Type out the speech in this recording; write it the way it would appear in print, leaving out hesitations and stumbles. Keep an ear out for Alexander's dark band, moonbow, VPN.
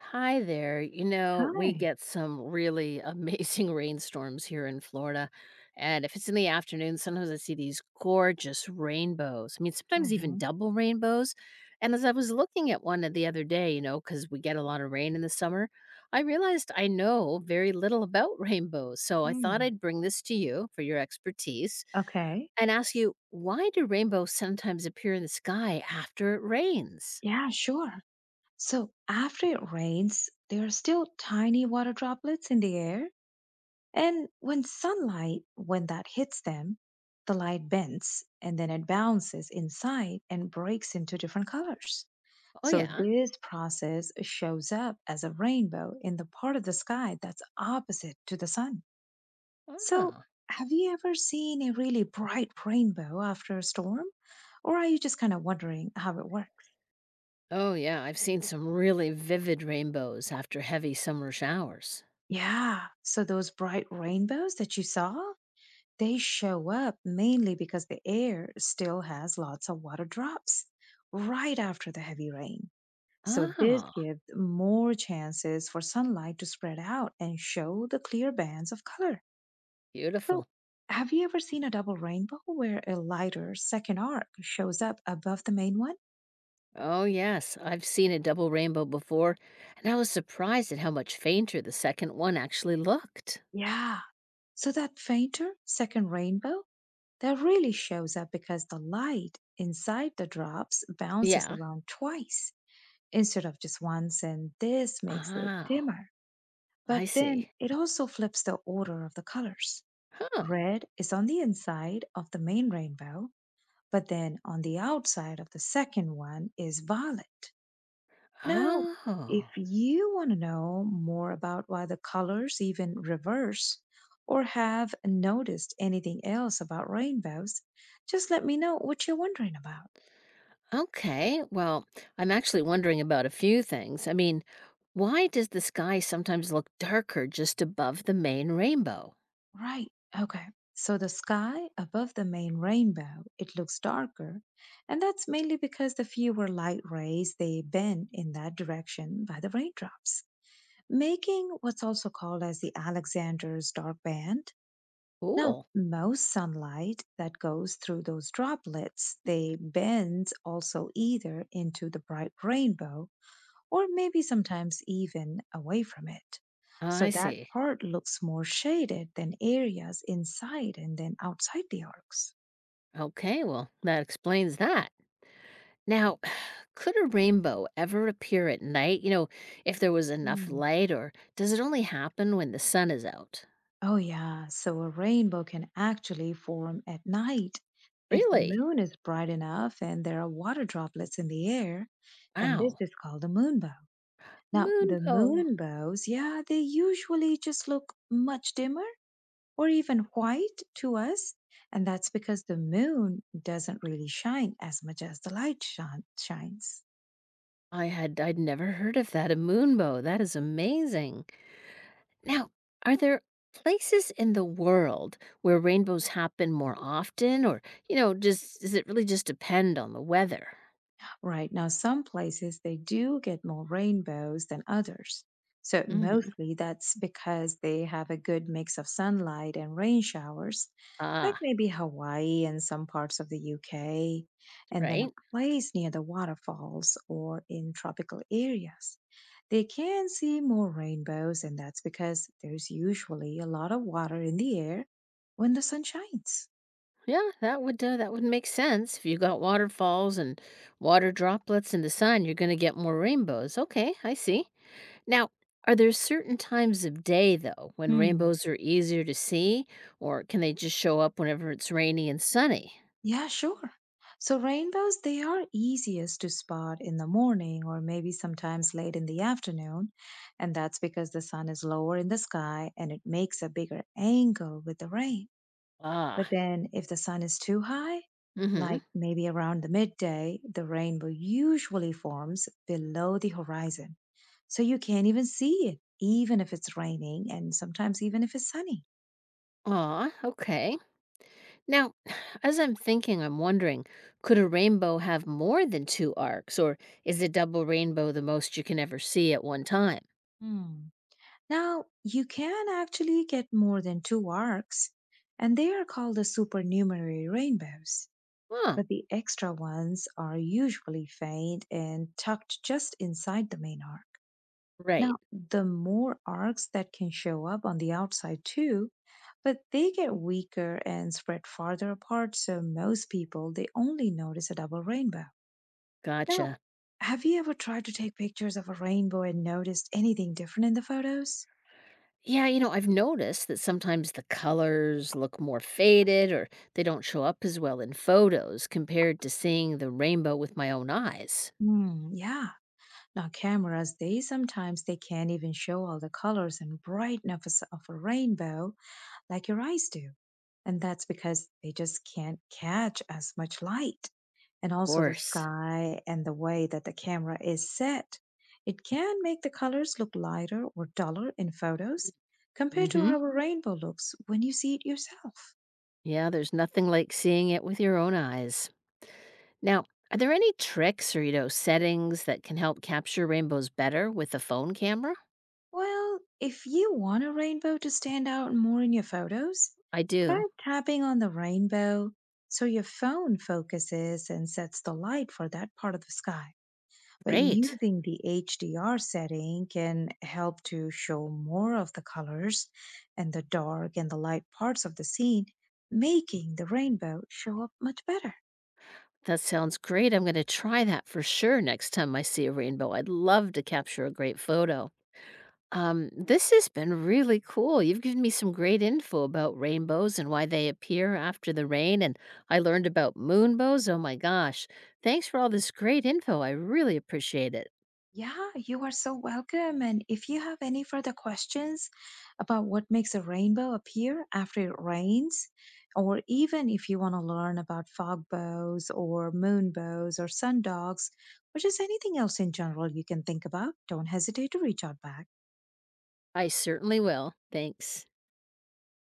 Hi there. You know, we Hi. get some really amazing rainstorms here in Florida. And if it's in the afternoon, sometimes I see these gorgeous rainbows. I mean, sometimes even Mhm. double rainbows. And as I was looking at one the other day, you know, because we get a lot of rain in the summer, I realized I know very little about rainbows. So I thought Mm. I'd bring this to you for your expertise Okay. and ask you, why do rainbows sometimes appear in the sky after it rains? Yeah, sure. So after it rains, there are still tiny water droplets in the air. And when sunlight, when that hits them, the light bends and then it bounces inside and breaks into different colors. Oh, So yeah. this process shows up as a rainbow in the part of the sky that's opposite to the sun. So, Oh. have you ever seen a really bright rainbow after a storm? Or are you just kind of wondering how it works? Oh, yeah, I've seen some really vivid rainbows after heavy summer showers. Yeah, so those bright rainbows that you saw, they show up mainly because the air still has lots of water drops right after the heavy rain. So, this Ah, gives more chances for sunlight to spread out and show the clear bands of color. So, beautiful. have you ever seen a double rainbow where a lighter second arc shows up above the main one? Oh, yes, I've seen a double rainbow before, and I was surprised at how much fainter the second one actually looked. Yeah. So that fainter second rainbow that really shows up because the light inside the drops bounces Yeah. around twice instead of just once, and this makes it Oh, dimmer. I But then see. it also flips the order of the colors. Huh. Red is on the inside of the main rainbow, but then on the outside of the second one is violet. Now, if Oh, you want to know more about why the colors even reverse or have noticed anything else about rainbows, just let me know what you're wondering about. okay. Well, I'm actually wondering about a few things. I mean, why does the sky sometimes look darker just above the main rainbow? Right. Okay. So the sky above the main rainbow, it looks darker, and that's mainly because the fewer light rays they bend in that direction by the raindrops, making what's also called as the Alexander's dark band. Now, Cool. most sunlight that goes through those droplets, they bend also either into the bright rainbow or maybe sometimes even away from it. So I that see. part looks more shaded than areas inside and then outside the arcs. Okay, well, that explains that. Now, could a rainbow ever appear at night, you know, if there was enough Hmm. light, or does it only happen when the sun is out? Oh, yeah. So a rainbow can actually form at night if the Really? moon is bright enough and there are water droplets in the air. And this Wow. is called a moonbow. Now, the Moonbow. moonbows, yeah, they usually just look much dimmer or even white to us. And that's because the moon doesn't really shine as much as the light shines. I'd never heard of that, a moonbow. That is amazing. Now, are there places in the world where rainbows happen more often, or, you know, just does it really just depend on the weather? Right. Now, some places they do get more rainbows than others. So, Hmm. mostly that's because they have a good mix of sunlight and rain showers, like Ah, maybe Hawaii and some parts of the UK, and then right. a place near the waterfalls or in tropical areas. They can see more rainbows, and that's because there's usually a lot of water in the air when the sun shines. Yeah, that would make sense. If you got waterfalls and water droplets in the sun, you're going to get more rainbows. Okay, I see. Now, are there certain times of day though when rainbows are easier to see, or can they just show up whenever it's rainy and sunny? Yeah, sure. So rainbows, they are easiest to spot in the morning or maybe sometimes late in the afternoon. And that's because the sun is lower in the sky and it makes a bigger angle with the rain. Ah, But then if the sun is too high, mm-hmm. like maybe around the midday, the rainbow usually forms below the horizon. So you can't even see it, even if it's raining and sometimes even if it's sunny. Ah, okay. Now, as I'm thinking, I'm wondering, could a rainbow have more than two arcs, or is a double rainbow the most you can ever see at one time? Hmm. Now, you can actually get more than two arcs, and they are called the supernumerary rainbows. Huh. But the extra ones are usually faint and tucked just inside the main arc. Right. Now, the more arcs that can show up on the outside too, but they get weaker and spread farther apart, so most people they only notice a double rainbow. Now, Gotcha. have you ever tried to take pictures of a rainbow and noticed anything different in the photos? Yeah, you know, I've noticed that sometimes the colors look more faded, or they don't show up as well in photos compared to seeing the rainbow with my own eyes. Hmm, yeah. Now cameras, they sometimes they can't even show all the colors and brightness of a rainbow like your eyes do. And that's because they just can't catch as much light. And Of also the course. sky and the way that the camera is set. It can make the colors look lighter or duller in photos compared to how Hmm. a rainbow looks when you see it yourself. Yeah, there's nothing like seeing it with your own eyes. Now, are there any tricks or, you know, settings that can help capture rainbows better with a phone camera? Well, if you want a rainbow to stand out more in your photos, I do. try tapping on the rainbow so your phone focuses and sets the light for that part of the sky. But Great. using the HDR setting can help to show more of the colors and the dark and the light parts of the scene, making the rainbow show up much better. That sounds great. I'm going to try that for sure next time I see a rainbow. I'd love to capture a great photo. This has been really cool. You've given me some great info about rainbows and why they appear after the rain, and I learned about moonbows. Oh my gosh. Thanks for all this great info. I really appreciate it. Yeah, you are so welcome. And if you have any further questions about what makes a rainbow appear after it rains, or even if you want to learn about fog bows or moon bows or sun dogs, or just anything else in general you can think about, don't hesitate to reach out back. I certainly will. Thanks.